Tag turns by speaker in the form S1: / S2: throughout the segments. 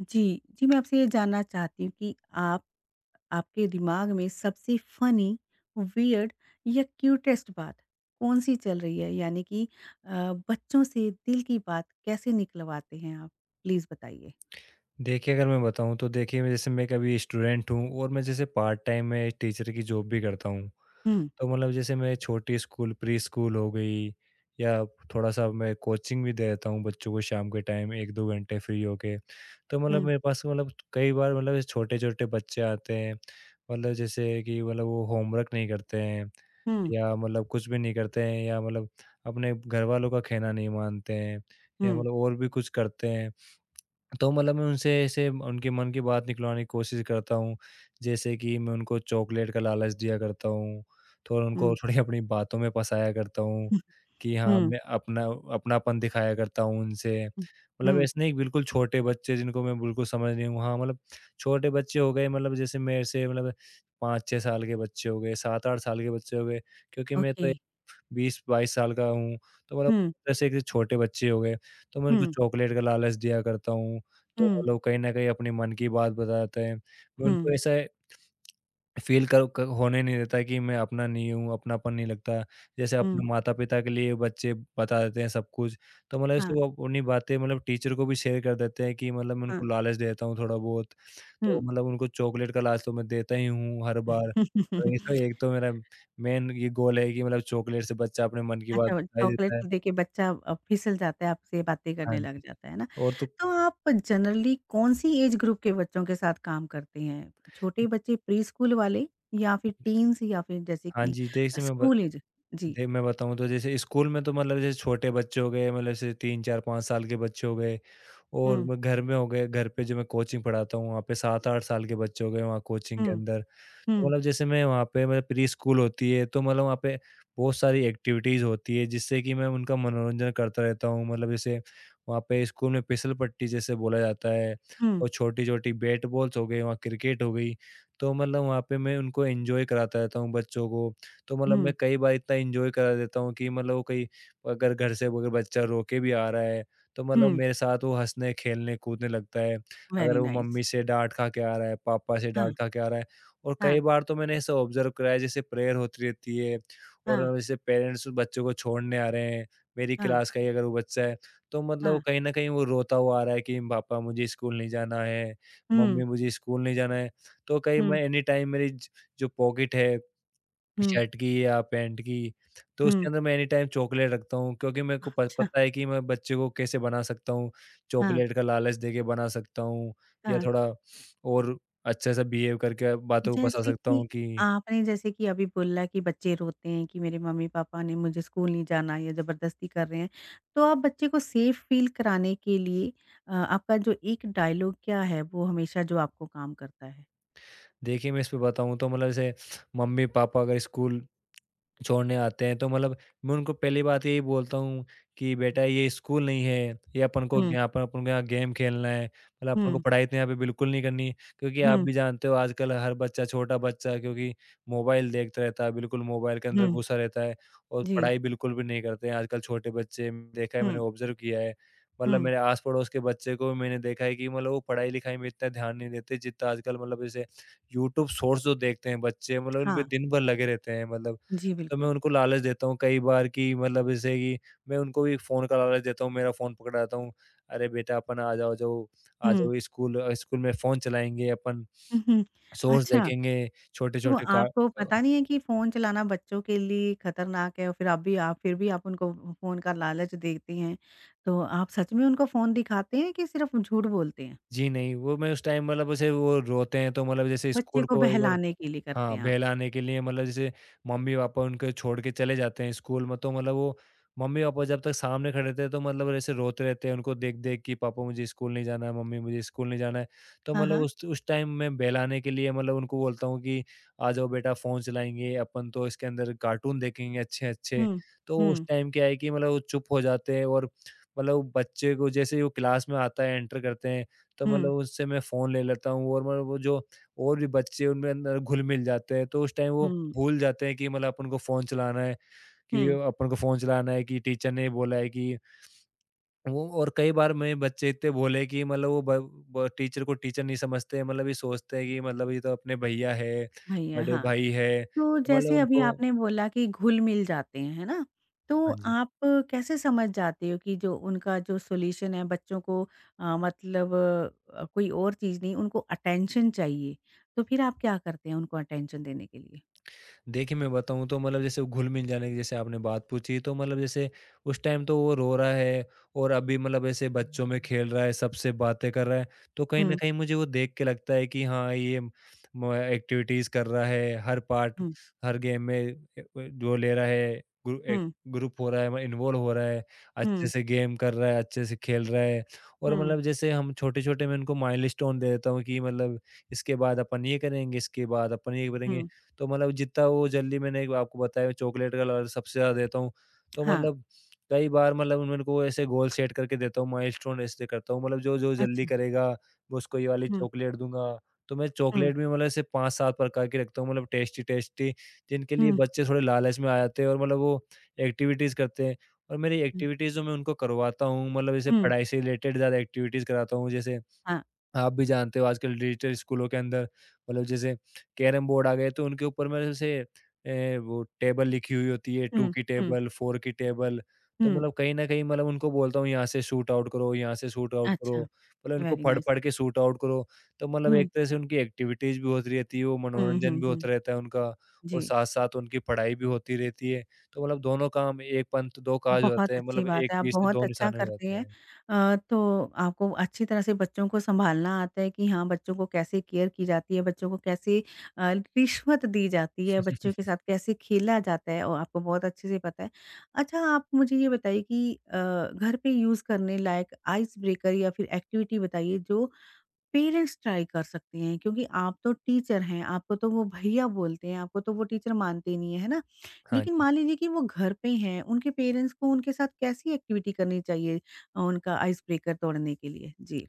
S1: जी, जी, मैं आपसे ये जानना चाहती हूँ कि आप आपके दिमाग में सबसे फ़नी, वियर्ड या क्यूटेस्ट बात कौन-सी चल रही है? यानी कि बच्चों से दिल की बात कैसे निकलवाते हैं आप? प्लीज़ बताइए।
S2: देखिए, अगर मैं बताऊँ तो देखिए मैं एक अभी स्टूडेंट हूँ, और मैं जैसे पार्ट टाइम में टीचर की जॉब भी करता हूँ।
S1: हुँ,
S2: तो मतलब जैसे मैं छोटी स्कूल, प्री-स्कूल हो गई, या थोड़ा-सा मैं कोचिंग भी दे देता हूँ बच्चों को शाम के टाइम 1-2 घंटे फ्री होके। तो मतलब
S1: हुँ,
S2: मेरे पास मतलब कई बार मतलब छोटे-छोटे बच्चे आते हैं, मतलब जैसे कि मतलब वो होमवर्क नहीं करते हैं,
S1: हुँ,
S2: या मतलब कुछ भी नहीं करते हैं, या मतलब अपने घरवालों का कहना नहीं मानते हैं, या
S1: हुँ,
S2: मतलब और भी कुछ करते हैं। तो मतलब मैं उनसे ऐसे उनके मन की बात निकलवाने की कोशिश करता हूँ। जैसे कि मैं उनको चॉकलेट का लालच दिया करता हूँ, थोड़ा उनको
S1: हुँ,
S2: थोड़ी अपनी बातों में फँसाया करता हूँ कि हाँ,
S1: हुँ,
S2: मैं अपनापन दिखाया करता हूँ उनसे।
S1: हुँ,
S2: मतलब
S1: हुँ,
S2: ऐसे नहीं, बिल्कुल छोटे बच्चे जिनको मैं बिल्कुल समझ नहीं हूँ, हाँ, मतलब छोटे बच्चे हो गए, मतलब जैसे मेरे से मतलब 5-6 साल के बच्चे हो गए, 7-8 साल के बच्चे हो गए, क्योंकि मैं
S1: ओके।
S2: तो 20-22 साल का हूँ, तो मतलब
S1: हुँ,
S2: जैसे एक छोटे बच्चे हो गए, तो मैं उनको
S1: हुँ,
S2: चॉकलेट का लालच दिया करता हूँ, तो वो
S1: हुँ,
S2: लोग कहीं न कहीं अपने मन की बात बताते हैं। मैं
S1: हुँ,
S2: उनको ऐसा फ़ील कर क होने नहीं देता कि मैं अपना नहीं हूँ, अपनापन नहीं लगता। जैसे
S1: हुँ,
S2: अपने माता-पिता के लिए बच्चे बता देते हैं सब कुछ, तो मतलब ऐसे
S1: हाँ,
S2: वो अपनी बातें मतलब टीचर को भी शेयर कर देते हैं कि मतलब मैं
S1: हाँ,
S2: उनको लालच देता हूँ थोड़ा बहुत। तो
S1: हुँ।
S2: मतलब उनको चॉकलेट का लालच तो मैं देता ही हूँ हर बार। तो इसमें एक तो मेरा मेन ये गोल है कि मतलब चॉकलेट से बच्चा अपने मन की बात
S1: अच्छा, वो
S2: बता ही
S1: चॉकलेट
S2: देता है।
S1: तो देखिए बच्चा फिसल जाता है, आपसे बातें
S2: हाँ
S1: करने लग
S2: जी,
S1: जाता है ना?
S2: और तो
S1: तो आप जनरली कौन-सी एज ग्रुप के बच्चों के साथ काम करते हैं? छोटे बच्चे प्री-स्कूल वाले या फिर टीन्स या फिर जैसे
S2: हाँ
S1: कि
S2: जी, जैसे मैं ब
S1: स्कूल एज? जी।
S2: दे मैं बताऊँ तो जैसे स्कूल में तो मतलब जैसे छोटे बच्चे हो गए, मतलब जैसे 3, 4, 5 साल के बच्चे हो गए, और
S1: हुँ,
S2: मैं घर में हो गए, घर पे जो मैं कोचिंग पढ़ाता हूँ वहाँ पे 7, 8 साल के बच्चे हो गए वहाँ कोचिंग के
S1: हुँ,
S2: अंदर। तो
S1: हुँ,
S2: मतलब जैसे मैं वहाँ पे मतलब प्री स्कूल होती है, तो मतलब वहाँ पे बहुत सारी एक्टिविटीज़ होती है, जिससे कि मैं उनका मनोरंजन करता रहता हूँ। मतलब जैसे वहाँ पे स्कूल में फिसल पट्टी जैसे बोला जाता है,
S1: हुँ,
S2: और छोटी-छोटी बैट बॉल्स हो गई, वहाँ क्रिकेट हो गई। तो मतलब वहाँ पे मैं उनको एन्जॉय कराता रहता हूँ बच्चों को। तो मतलब मैं
S1: हुँ,
S2: कई बार इतना एन्जॉय करा देता हूँ कि मतलब वो कहीं अगर घर से अगर बच्चा रो के भी आ रहा है, तो मतलब
S1: हुँ।
S2: मेरे साथ वो हँसने, खेलने, कूदने लगता है। अगर
S1: वेरी
S2: वो मम्मी
S1: नाइस।
S2: से डाँट खा के आ रहा है, पापा से डाँट
S1: हाँ,
S2: खा के आ रहा है, और कई
S1: हाँ,
S2: बार तो मैंने ऐसा ऑब्जर्व करा है, जैसे प्रेयर होती रहती है, और
S1: हाँ,
S2: जैसे पेरेंट्स बच्चों को छोड़ने आ रहे हैं, मेरी
S1: हाँ,
S2: क्लास का ही अगर वो बच्चा है, तो मतलब
S1: हाँ।
S2: कहीं न कहीं वो रोता हुआ आ रहा है कि पापा मुझे स्कूल नहीं जाना है,
S1: हुँ,
S2: मम्मी मुझे स्कूल नहीं जाना है। तो कहीं
S1: हुँ,
S2: मैं एनी टाइम मेरी ज जो पॉकेट है
S1: हुँ,
S2: शर्ट की या पैंट की, तो उसके
S1: हुँ।
S2: अंदर मैं एनी टाइम चॉकलेट रखता हूँ, क्योंकि मेरे को प
S1: अच्छा,
S2: पता है कि मैं बच्चे को कैसे बना सकता हूँ,
S1: हाँ,
S2: चॉकलेट का लालच देके बना सकता हूँ, या
S1: हाँ।
S2: थोड़ा और अच्छे से बिहेव करके बातों को फँसा
S1: जैसे
S2: सकता
S1: कि
S2: हूँ कि
S1: आपने जैसे कि अभी बोला कि बच्चे रोते हैं कि मेरे मम्मी-पापा ने मुझे स्कूल नहीं जाना या ज़बरदस्ती कर रहे हैं। तो आप बच्चे को सेफ फ़ील कराने के लिए आपका जो एक डायलॉग क्या है वो हमेशा जो आपको काम करता है?
S2: देखिए मैं इस पे बताऊँ तो मतलब जैसे मम्मी-पापा अगर स्कूल छोड़ने आते हैं, तो मतलब मैं उनको पहली बात यही बोलता हूँ कि बेटा ये स्कूल नहीं है, ये अपन को
S1: हुँ,
S2: यहाँ पर अपन को यहाँ गेम खेलना है, मतलब अपन को
S1: हुँ,
S2: पढ़ाई तो यहाँ पे बिल्कुल नहीं करनी है। क्योंकि आप
S1: हुँ,
S2: भी जानते हो आजकल हर बच्चा, छोटा बच्चा क्योंकि मोबाइल देखता रहता है, बिल्कुल मोबाइल के अंदर
S1: हुँ,
S2: घुसा रहता है, और
S1: जी,
S2: पढ़ाई बिल्कुल भी नहीं करते हैं आजकल छोटे बच्चे। देखा है, मैंने
S1: हुँ,
S2: ऑब्ज़र्व किया है, मतलब
S1: हुँ,
S2: मेरे आस-पड़ोस के बच्चे को भी मैंने देखा है कि मतलब वो पढ़ाई-लिखाई में इतना ध्यान नहीं देते जितना आजकल, मतलब जैसे यूट्यूब शॉर्ट्स जो देखते हैं बच्चे मतलब उनपे
S1: हाँ,
S2: दिन भर लगे रहते हैं मतलब।
S1: जी
S2: तो मैं
S1: बिल्कुल।
S2: उनको लालच देता हूँ कई बार कि मतलब जैसे कि मैं उनको भी फ़ोन का लालच देता हूँ, मेरा फ़ोन पकड़ाता हूँ। अरे बेटा अपन आ जाओ जाओ आ
S1: हुँ,
S2: जाओ स्कूल, स्कूल में फ़ोन चलाएँगे अपन,
S1: हुँ, हुँ,
S2: सोर्स
S1: अच्छा।
S2: देखेंगे,
S1: तो
S2: छोटे-छोटे का
S1: आपको
S2: अ,
S1: पता नहीं है कि फ़ोन चलाना बच्चों के लिए खतरनाक है और फिर आप फिर भी आप उनको फ़ोन का लालच देती हैं। तो आप सच में उनको फ़ोन दिखाते हैं कि सिर्फ़ झूठ बोलते हैं?
S2: जी नहीं, वो मैं उस टाइम मतलब जैसे वो रोते हैं, तो मतलब जैसे
S1: बच्चे
S2: स्कूल
S1: को
S2: को एक बार
S1: बहलाने के लिए करते
S2: हाँ,
S1: हैं आप?
S2: बहलाने के लिए मतलब जैसे मम्मी-पापा उनको छोड़ के चले जाते हैं स्कूल में, तो मतलब वो मम्मी-पापा जब तक सामने खड़े रहते हैं तो मतलब ऐसे रोते रहते हैं उनको देख-देख कि पापा मुझे स्कूल नहीं जाना है, मम्मी मुझे स्कूल नहीं जाना है। तो
S1: हाँ,
S2: मतलब
S1: हाँ।
S2: उस टाइम मैं बहलाने के लिए मतलब उनको बोलता हूँ कि आ जाओ बेटा फ़ोन चलाएँगे, अपन तो इसके अंदर कार्टून देखेंगे अच्छे-अच्छे।
S1: हुँ।
S2: तो उस
S1: हुँ,
S2: टाइम क्या है कि मतलब वो चुप हो जाते हैं, और मतलब वो बच्चे को जैसे ही वो क्लास में आता है, एंटर करते हैं, तो मतलब
S1: हुँ,
S2: उससे मैं फ़ोन ले लेता हूँ, और मतलब वो जो और भी बच्चे उनमें अंदर घुल-मिल जाते हैं, तो उस टाइम वो
S1: हुँ,
S2: भूल जाते हैं कि मतलब
S1: हुँ।
S2: अपन को फ़ोन चलाना है, कि टीचर ने बोला है कि वो, और कई बार मेरे बच्चे इतने भोले हैं कि मतलब वो ब ब टीचर को टीचर नहीं समझते, मतलब ये सोचते हैं कि मतलब ये तो अपने भैया है,
S1: भैया,
S2: बड़े
S1: हाँ।
S2: भाई है,
S1: तो
S2: तो मतलब
S1: जैसे अभी
S2: उनको
S1: आपने बोला कि घुल-मिल जाते हैं, है ना? तो
S2: हाँ जी।
S1: आप कैसे समझ जाते हो कि जो उनका जो सॉल्यूशन है बच्चों को मतलब कोई और चीज़ नहीं उनको अटेंशन चाहिए, तो फिर आप क्या करते हैं उनको अटेंशन देने के लिए?
S2: देखिए, मैं बताऊँ तो मतलब जैसे घुल-मिल जाने की जैसे आपने बात पूछी, तो मतलब जैसे उस टाइम तो वो रो रहा है, और अभी मतलब ऐसे बच्चों में खेल रहा है, सबसे बातें कर रहा है। तो कहीं न
S1: हुँ,
S2: कहीं मुझे वो देख के लगता है कि हाँ, ये म एक्टिविटीज़ कर रहा है, हर पार्ट
S1: हुँ,
S2: हर गेम में जो ले रहा है, ग्रु एक
S1: हुँ,
S2: ग्रुप हो रहा है, मैं इन्वॉल्व हो रहा है, अच्छे
S1: हुँ,
S2: से गेम कर रहा है, अच्छे से खेल रहा है, और
S1: हुँ,
S2: मतलब जैसे हम छोटे-छोटे मैं उनको माइलस्टोन दे देता हूँ कि मतलब इसके बाद अपन ये करेंगे, इसके बाद अपन ये करेंगे।
S1: हुँ,
S2: तो मतलब जितना वो जल्दी, मैंने एक आपको बताया चॉकलेट कलर सबसे ज़्यादा देता हूँ। तो
S1: हाँ,
S2: मतलब कई बार मतलब उन को ऐसे गोल सेट करके देता हूँ, माइलस्टोन ऐसे करता हूँ, मतलब जो-जो जल्दी
S1: अच्छा,
S2: करेगा, मैं उसको ये वाली
S1: हुँ,
S2: चॉकलेट दूँगा। तो मैं
S1: हुँ,
S2: चॉकलेट भी मतलब ऐसे 5-7 प्रकार की रखता हूँ, मतलब टेस्टी-टेस्टी जिनके लिए
S1: हुँ,
S2: बच्चे थोड़े लालच में आ जाते हैं, और मतलब वो एक्टिविटीज़ करते हैं। और मेरी
S1: हुँ,
S2: एक्टिविटीज़ जो मैं उनको करवाता हूँ, मतलब जैसे
S1: हुँ,
S2: पढ़ाई से रिलेटेड ज़्यादा एक्टिविटीज़ कराता हूँ, जैसे
S1: हाँ,
S2: आप भी जानते हो आजकल डिजिटल स्कूलों के अंदर मतलब जैसे कैरम बोर्ड आ गए, तो उनके ऊपर में जैसे वो टेबल लिखी हुई होती है, टू
S1: हुँ,
S2: की
S1: हुँ,
S2: टेबल, फोर की टेबल, तो
S1: हुँ,
S2: मतलब कहीं ना कहीं मतलब उनको बोलता हूँ यहाँ से शूट आउट करो, यहाँ से शूट आउट करो,
S1: अच्छा,
S2: मतलब इनको
S1: वेरी
S2: पढ़
S1: नाइस।
S2: पढ़ के शूट आउट करो। तो मतलब
S1: हुँ,
S2: एक तरह से उनकी एक्टिविटीज भी होती रहती है, वो
S1: हुँ,
S2: मनोरंजन
S1: हुँ,
S2: भी होता
S1: हुँ,
S2: रहता है उनका, और
S1: जी।
S2: साथ साथ उनकी पढ़ाई भी होती रहती है, तो मतलब दोनों काम एक पंथ दो काज
S1: बहुत
S2: होते हैं,
S1: अच्छी
S2: मतलब
S1: बात
S2: एक
S1: है, आप
S2: तीर से
S1: बहुत
S2: दो
S1: अच्छा
S2: निशाने हो
S1: करते
S2: जाते
S1: हैं।
S2: हैं।
S1: तो आपको अच्छी तरह से बच्चों को सँभालना आता है कि हाँ, बच्चों को कैसे केयर की जाती है, बच्चों को कैसे अ, रिश्वत दी जाती है, बच्चों के साथ कैसे खेला जाता है और आपको बहुत अच्छे से पता है। अच्छा, आप मुझे ये बताइए कि घर पे यूज़ करने लायक आइस ब्रेकर या फिर एक्टिविटी बताइए जो पेरेंट्स ट्राई कर सकते हैं क्योंकि आप तो टीचर हैं, आपको तो वो भैया बोलते हैं, आपको तो वो टीचर मानते नहीं है, है ना?
S2: हाँ
S1: लेकिन
S2: जी।
S1: मान लीजिए कि वो घर पे हैं, उनके पेरेंट्स को उनके साथ कैसी एक्टिविटी करनी चाहिए उनका आइस ब्रेकर तोड़ने के लिए? जी।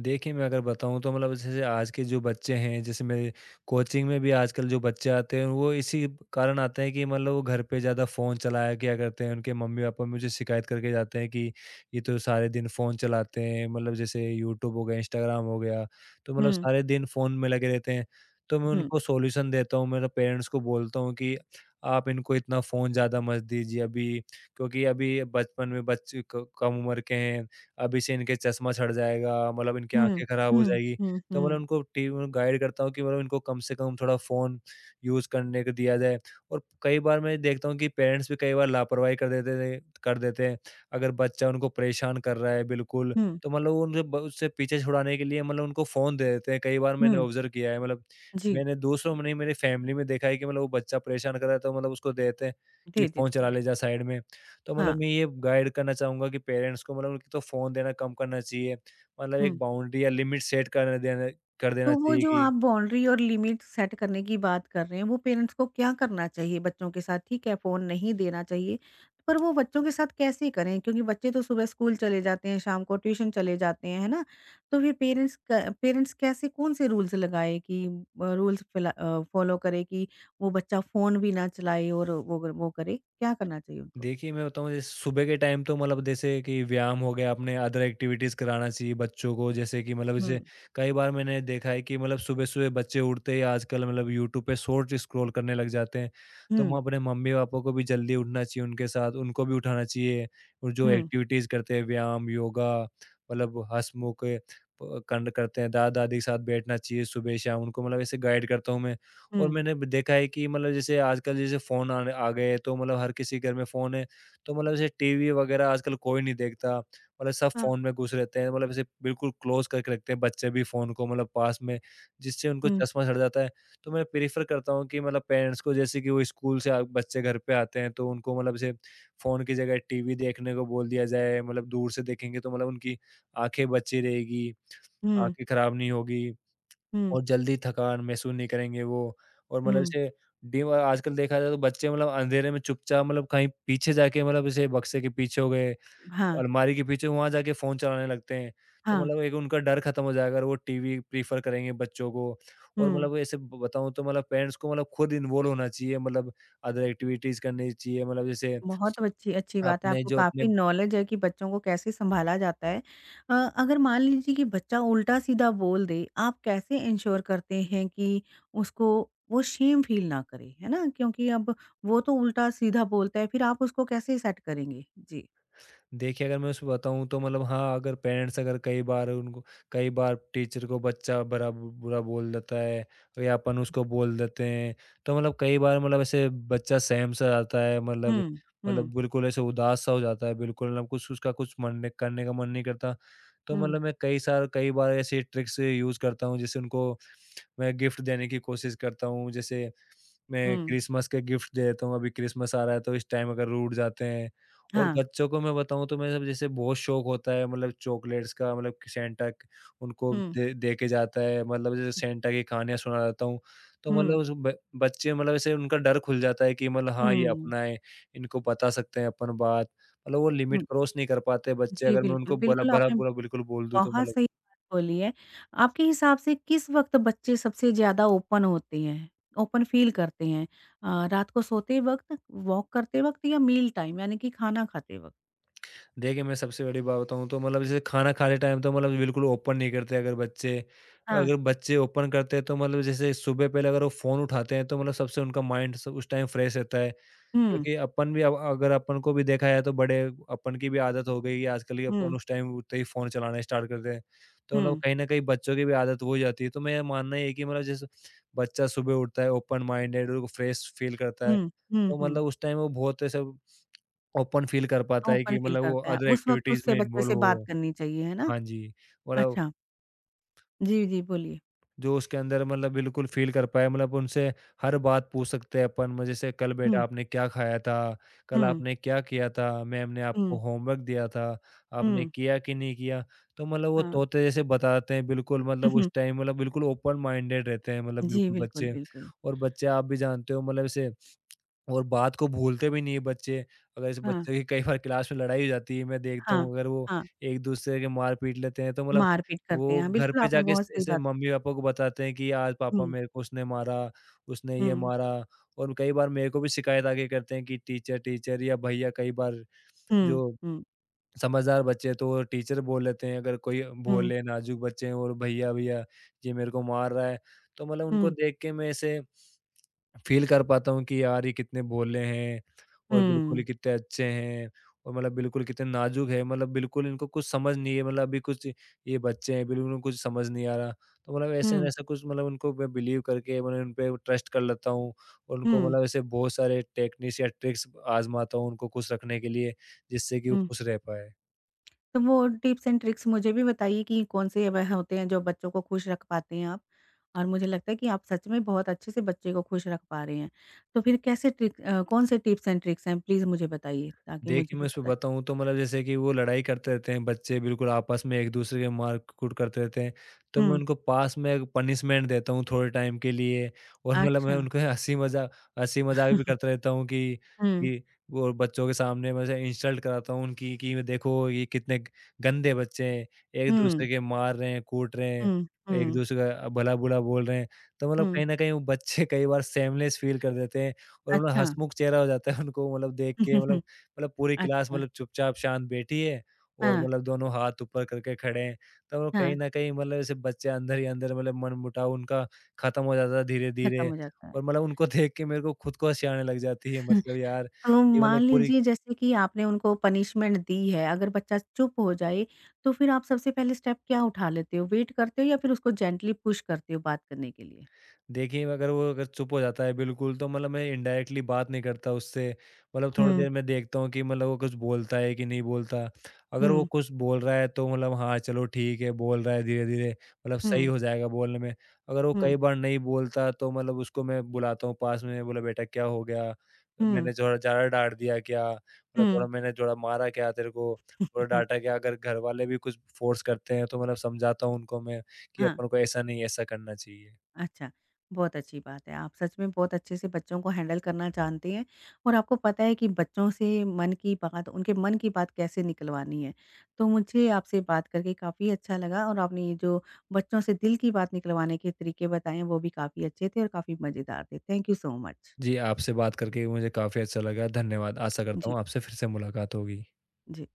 S2: देखिए, मैं अगर बताऊँ तो मतलब जैसे आज के जो बच्चे हैं, जैसे मेरे कोचिंग में भी आजकल जो बच्चे आते हैं, वो इसी कारण आते हैं कि मतलब वो घर पे ज़्यादा फ़ोन चलाया किया करते हैं। उनके मम्मी-पापा मुझे शिकायत करके जाते हैं कि, "ये तो सारे दिन फ़ोन चलाते हैं।" मतलब जैसे यूट्यूब हो गया, इंस्टाग्राम हो गया, तो मतलब
S1: हुँ,
S2: सारे दिन फ़ोन में लगे रहते हैं। तो मैं
S1: हुँ,
S2: उनको सॉल्यूशन देता हूँ, मेरे पेरेंट्स को बोलता हूँ कि, "आप इनको इतना फ़ोन ज़्यादा मत दीजिए अभी, क्योंकि अभी बचपन में बच्चे क कम उम्र के हैं। अभी से इनके चश्मा छँट जाएगा, मतलब इनकी आँखें
S1: हुँ,
S2: ख़राब हो
S1: हुँ,
S2: जाएगी।
S1: हुँ,
S2: तो मतलब
S1: हुँ,
S2: उनको टी में गाइड करता हूँ कि मतलब इनको कम से कम थोड़ा फ़ोन यूज़ करने को दिया जाए। और कई बार मैं देखता हूँ कि पेरेंट्स भी कई बार लापरवाही कर देते हैं। अगर बच्चा उनको परेशान कर रहा है बिल्कुल,
S1: हुँ,
S2: तो मतलब वो उनसे ब उससे पीछे छुड़ाने के लिए मतलब उनको फ़ोन दे देते हैं। कई बार मैंने
S1: हुँ।
S2: ऑब्ज़र्व किया है, मतलब
S1: जी,
S2: मैंने दूसरों में नहीं, मेरी फ़ैमिली में देखा है कि मतलब वो बच्चा परेशान कर रहा है, तो मतलब उसको दे देते हैं कि
S1: दे
S2: फ़ोन
S1: देते
S2: चला
S1: हैं।
S2: ले जा साइड में। तो मतलब
S1: हाँ,
S2: मैं ये गाइड करना चाहूँगा कि पेरेंट्स को मतलब उनकी तो फ़ोन देना कम करना चाहिए। मतलब एक
S1: हुँ।
S2: बाउंड्री या लिमिट सेट करने देना कर देना
S1: तो वो
S2: चाहिए
S1: जो
S2: कि
S1: आप बाउंड्री और लिमिट सेट करने की बात कर रहे हैं, वो पेरेंट्स को क्या करना चाहिए बच्चों के साथ? ठीक है, फ़ोन नहीं देना चाहिए, पर वो बच्चों के साथ कैसे करें? क्योंकि बच्चे तो सुबह स्कूल चले जाते हैं, शाम को ट्यूशन चले जाते हैं, है ना? तो फिर पेरेंट्स कैसे कौन-से रूल्स लगाएँ कि रूल्स फ़ॉलो करें कि वो बच्चा फ़ोन भी ना चलाए और वो करे? क्या करना चाहिए उनको?
S2: देखिए, मैं बताऊँ जैसे सुबह के टाइम तो मतलब जैसे कि व्यायाम हो गया, अपने अदर एक्टिविटीज़ कराना चाहिए बच्चों को। जैसे कि मतलब जैसे
S1: हुँ,
S2: कई बार मैंने देखा है कि मतलब सुबह-सुबह बच्चे उठते ही आजकल मतलब यूट्यूब पे शॉर्ट स्क्रॉल करने लग जाते हैं। तो मैं
S1: हुँ,
S2: अपने मम्मी-पापा को भी जल्दी उठना चाहिए उनके साथ, उनको भी उठाना चाहिए और जो
S1: हुँ,
S2: एक्टिविटीज़ करते हैं व्यायाम, योगा मतलब हँसमुख प कंड करते हैं, दादा-दादी के साथ बैठना चाहिए सुबह-शाम उनको मतलब ऐसे गाइड करता हूँ मैं।
S1: हुँ।
S2: और मैंने भी देखा है कि मतलब जैसे आजकल जैसे फ़ोन आने आ गए हैं, तो मतलब हर किसी के घर में फ़ोन है। तो मतलब जैसे टीवी वगैरह आजकल कोई नहीं देखता, मतलब सब
S1: हाँ।
S2: फ़ोन में घुस रहते हैं। मतलब ऐसे बिल्कुल क्लोज़ करके रखते हैं बच्चे भी फ़ोन को मतलब पास में, जिससे उनको
S1: हुँ,
S2: चश्मा चढ़ जाता है। तो मैं प्रेफ़र करता हूँ कि मतलब पेरेंट्स को जैसे कि वो स्कूल से आ बच्चे घर पे आते हैं, तो उनको मतलब जैसे फ़ोन की जगह टीवी देखने को बोल दिया जाए। मतलब दूर से देखेंगे तो मतलब उनकी आँखें बची रहेगी,
S1: हुँ,
S2: आँखें खराब नहीं होगी।
S1: हुँ,
S2: और जल्दी थकान महसूस नहीं करेंगे वो, और मतलब
S1: हुँ।
S2: जैसे डीम आजकल देखा जाए तो बच्चे मतलब अंधेरे में चुपचाप मतलब कहीं पीछे जाके मतलब जैसे बक्से के पीछे हो गए,
S1: हाँ,
S2: अलमारी के पीछे वहाँ जाके फ़ोन चलाने लगते हैं। तो
S1: हाँ,
S2: मतलब एक उनका डर खत्म हो जाएगा और वो टीवी प्रेफ़र करेंगे बच्चों को। और
S1: हुँ।
S2: मतलब ऐसे ब बताऊँ तो मतलब पेरेंट्स को मतलब खुद इन्वॉल्व होना चाहिए, मतलब अदर एक्टिविटीज़ करनी चाहिए मतलब जैसे
S1: बहुत अच्छी अच्छी बात है,
S2: अपने
S1: आपको
S2: जो अपने।
S1: काफ़ी नॉलेज है कि बच्चों को कैसे सँभाला जाता है। अगर मान लीजिए कि बच्चा उल्टा-सीधा बोल दे, आप कैसे एन्श्योर करते हैं कि उसको वो शेम फ़ील ना करे, है ना? क्योंकि अब वो तो उल्टा-सीधा बोलता है, फिर आप उसको कैसे सेट करेंगे? जी।
S2: देखिए, अगर मैं उसमें बताऊँ तो मतलब हाँ, अगर पेरेंट्स, अगर कई बार उनको, कई बार टीचर को बच्चा बड़ा बुरा बोल देता है या अपन उसको बोल देते हैं, तो मतलब कई बार मतलब ऐसे बच्चा सहम-सा जाता है, मतलब
S1: हुँ, हुँ,
S2: मतलब बिल्कुल ऐसे उदास-सा हो जाता है, बिल्कुल मतलब कुछ उसका कुछ मन नहीं करने का मन नहीं करता। तो
S1: हुँ,
S2: मतलब मैं कई बार ऐसी ट्रिक्स यूज़ करता हूँ, जैसे उनको मैं गिफ्ट देने की कोशिश करता हूँ, जैसे मैं
S1: हुँ।
S2: क्रिसमस के गिफ्ट दे देता हूँ, अभी क्रिसमस आ रहा है तो इस टाइम अगर रूठ जाते हैं और
S1: हाँ,
S2: बच्चों को मैं बताऊँ तो मैं सब जैसे बहुत शौक होता है मतलब चॉकलेट्स का, मतलब कि सैंटा क उनको
S1: हुँ,
S2: दे दे के जाता है, मतलब जैसे
S1: हुँ,
S2: सैंटा की कहानियाँ सुना देता हूँ। तो मतलब
S1: हुँ,
S2: उस ब बच्चे मतलब ऐसे उनका डर खुल जाता है कि मतलब हाँ, ये
S1: हुँ,
S2: अपना है, इनको बता सकते हैं अपन बात, मतलब वो लिमिट
S1: हुँ।
S2: क्रॉस नहीं कर पाते बच्चे,
S1: जी,
S2: अगर मैं
S1: बिल्कुल,
S2: उनको बला
S1: बिल्कुल
S2: भला
S1: आपने
S2: बुरा बिल्कुल बोल दूँ तो
S1: बहुत
S2: मतलब।
S1: सही बात बोली है। आपके हिसाब से किस वक़्त बच्चे सबसे ज़्यादा ओपन होते हैं, ओपन फ़ील करते हैं? रात को सोते वक़्त, वॉक करते वक़्त या मील टाइम यानी कि खाना खाते वक़्त?
S2: देखिए, मैं सबसे बड़ी बात बताऊँ तो मतलब जैसे खाना खाते टाइम तो मतलब बिल्कुल ओपन नहीं करते अगर बच्चे।
S1: हाँ।
S2: अगर बच्चे ओपन करते हैं तो मतलब जैसे सुबह पहले अगर वो फ़ोन उठाते हैं तो मतलब सबसे उनका माइंड स उस टाइम फ्रेश रहता है।
S1: हुँ,
S2: क्योंकि अपन भी अब, अगर अपन को भी देखा जाए तो बड़े अपन की भी आदत हो गई है आजकल कि अपन
S1: हुँ,
S2: उस टाइम उठते ही फ़ोन चलाना स्टार्ट करते हैं। तो मतलब
S1: हुँ,
S2: कहीं न कहीं बच्चों की भी आदत हो जाती है। तो मेरा मानना ये है कि मतलब जैसे बच्चा सुबह उठता है ओपन माइंडेड और फ्रेश फ़ील करता है।
S1: हुँ, हुँ,
S2: तो
S1: हुँ।
S2: मतलब उस टाइम वो बहुत ऐसा ओपन फ़ील कर पाता है कि
S1: ओपन फ़ील
S2: मतलब वो
S1: करता है,
S2: अदर
S1: उस वक़्त
S2: एक्टिविटीज़
S1: उससे
S2: में
S1: बच्चे
S2: इन्वॉल्व
S1: से बात
S2: हो।
S1: करनी चाहिए, है ना?
S2: हाँ जी, मतलब
S1: अच्छा। जी, जी, बोलिए।
S2: जो उसके अंदर मतलब बिल्कुल फ़ील कर पाए, मतलब उनसे हर बात पूछ सकते हैं अपन म जैसे, कल बेटा
S1: हुँ,
S2: आपने क्या खाया था? कल
S1: हुँ,
S2: आपने क्या किया था? मैम ने आपको
S1: हुँ,
S2: होमवर्क दिया था, आपने
S1: हुँ,
S2: किया कि नहीं किया? तो मतलब वो
S1: हाँ।
S2: तोते जैसे बताते हैं बिल्कुल, मतलब उस
S1: हम्म,
S2: टाइम मतलब बिल्कुल ओपन माइंडेड रहते हैं मतलब
S1: जी,
S2: बिल्कुल
S1: बिल्कुल,
S2: बच्चे।
S1: बिल्कुल।
S2: और बच्चे आप भी जानते हो मतलब जैसे, और बात को भूलते भी नहीं है बच्चे। अगर इस
S1: हाँ,
S2: बच्चे की कई बार क्लास में लड़ाई हो जाती है, मैं देखता
S1: हाँ,
S2: हूँ अगर वो
S1: हाँ।
S2: एक-दूसरे के मार पीट लेते हैं, तो मतलब
S1: मारपीट करते हैं,
S2: वो
S1: हाँ,
S2: घर
S1: बिल्कुल
S2: पे
S1: आपने
S2: जाके ऐस
S1: बहुत सही
S2: ऐसे
S1: बात
S2: मम्मी-पापा को बताते हैं कि आज पापा,
S1: हुँ,
S2: मेरे को उसने मारा, उसने ये
S1: हुँ।
S2: मारा, और कई बार मेरे को भी शिकायत आके करते हैं कि टीचर, टीचर या भैया। कई बार
S1: हुँ,
S2: जो
S1: हुँ,
S2: समझदार बच्चे हैं, तो वो टीचर बोल लेते हैं, अगर कोई
S1: हुँ,
S2: भोले नाज़ुक बच्चे हैं, और भैया, भैया ये मेरे को मार रहा है। तो मतलब उनको
S1: हुँ,
S2: देख के मैं ऐसे फ़ील कर पाता हूँ कि यार, ये कितने भोले हैं और बिल्कुल ही
S1: हुँ,
S2: कितने अच्छे हैं और मतलब बिल्कुल कितने नाज़ुक है, मतलब बिल्कुल इनको कुछ समझ नहीं है, मतलब अभी कुछ ये बच्चे हैं, बिल्कुल उनको कुछ समझ नहीं आ रहा। तो मतलब ऐसे न
S1: हुँ,
S2: ऐसा कुछ मतलब उनको मैं बिलीव करके मतलब उन पे ट्रस्ट कर लेता हूँ और उनको
S1: हुँ,
S2: मतलब ऐसे बहुत सारे टेक्निक्स या ट्रिक्स आज़माता हूँ उनको खुश रखने के लिए, जिससे कि वो
S1: हुँ।
S2: खुश रह पाएँ।
S1: तो वो टिप्स एंड ट्रिक्स मुझे भी बताइए कि कौन से वह होते हैं जो बच्चों को खुश रख पाते हैं आप? और मुझे लगता है कि आप सच में बहुत अच्छे से बच्चे को खुश रख पा रहे हैं। तो फिर कौन से टिप्स एंड ट्रिक्स हैं प्लीज़ मुझे बताइए ताकि मुझे
S2: देखिए, मैं
S1: भी
S2: उसमें
S1: पता चले?
S2: बताऊँ तो मतलब जैसे कि वो लड़ाई करते रहते हैं बच्चे, बिल्कुल आपस में एक-दूसरे के मार-कूट करते रहते हैं, तो मैं
S1: हुँ,
S2: उनको पास में एक पनिशमेंट देता हूँ थोड़े टाइम के लिए और मतलब मैं
S1: अच्छा।
S2: उनको हँसी मज़ाक भी करता रहता हूँ कि
S1: हुँ,
S2: कि वो बच्चों के सामने वैसे इंसल्ट कराता हूँ उनकी, कि देखो ये कितने गंदे बच्चे हैं, एक-दूसरे
S1: हुँ,
S2: के मार रहे हैं, कूट रहे हैं,
S1: हुँ, हुँ,
S2: एक-दूसरे का भला-बुरा बोल रहे हैं। तो मतलब
S1: हुँ,
S2: कहीं न कहीं वो बच्चे कई बार शेमलेस फील कर देते हैं और मतलब
S1: अच्छा।
S2: हँसमुख चेहरा हो जाता है उनको मतलब देख के, मतलब मतलब पूरी क्लास
S1: अच्छा,
S2: मतलब चुपचाप शांत बैठी है और
S1: हाँ,
S2: मतलब दोनों हाथ ऊपर करके खड़े हैं। तो मतलब कहीं
S1: हाँ,
S2: न कहीं मतलब ऐसे बच्चे अंदर ही अंदर मतलब मनमुटाव उनका खत्म हो जाता है
S1: खत्म
S2: धीरे-धीरे,
S1: हो जाता है।
S2: और मतलब उनको देख के मेरे को खुद को हँसी आने लग जाती है, मतलब यार,
S1: तो
S2: ये मतलब
S1: मान
S2: पूरी।
S1: लीजिए जैसे कि आपने उनको पनिशमेंट दी है, अगर बच्चा चुप हो जाए, तो फिर आप सबसे पहले स्टेप क्या उठा लेते हो? वेट करते हो या फिर उसको जेंटली पुश करते हो बात करने के लिए?
S2: देखिए, अगर वो अगर चुप हो जाता है बिल्कुल, तो मतलब मैं इनडायरेक्टली बात नहीं करता उससे। मतलब थोड़ी
S1: हुँ।
S2: देर मैं देखता हूँ कि मतलब वो कुछ बोलता है कि नहीं बोलता। अगर वो
S1: हुँ,
S2: कुछ बोल रहा है तो मतलब हाँ, चलो ठीक है, बोल रहा है धीरे-धीरे, मतलब सही
S1: हुँ,
S2: हो जाएगा बोलने में। अगर वो
S1: हुँ,
S2: कई बार नहीं बोलता तो मतलब उसको मैं बुलाता हूँ पास में, बोला, "बेटा, क्या हो गया?
S1: हुँ,
S2: मैंने थोड़ा ज़्यादा डाँट दिया क्या? मतलब
S1: हुँ,
S2: थोड़ा मारा क्या तेरे को? थोड़ा
S1: हुँ,
S2: डाँटा क्या?" अगर घर वाले भी कुछ फ़ोर्स करते हैं तो मतलब समझाता हूँ उनको मैं कि
S1: हाँ।
S2: अपन को ऐसा नहीं, ऐसा करना चाहिए।
S1: अच्छा, बहुत अच्छी बात है। आप सच में बहुत अच्छे से बच्चों को हैंडल करना जानते हैं और आपको पता है कि बच्चों से मन की बात उनके मन की बात कैसे निकलवानी है। तो मुझे आपसे बात करके काफ़ी अच्छा लगा और आपने ये जो बच्चों से दिल की बात निकलवाने के तरीके बताएँ, वो भी काफ़ी अच्छे थे और काफ़ी मज़ेदार थे। Thank you so much.
S2: जी, आपसे बात करके मुझे काफ़ी अच्छा लगा। धन्यवाद। आशा करता
S1: जी,
S2: हूँ आपसे फिर से मुलाकात होगी।
S1: जी।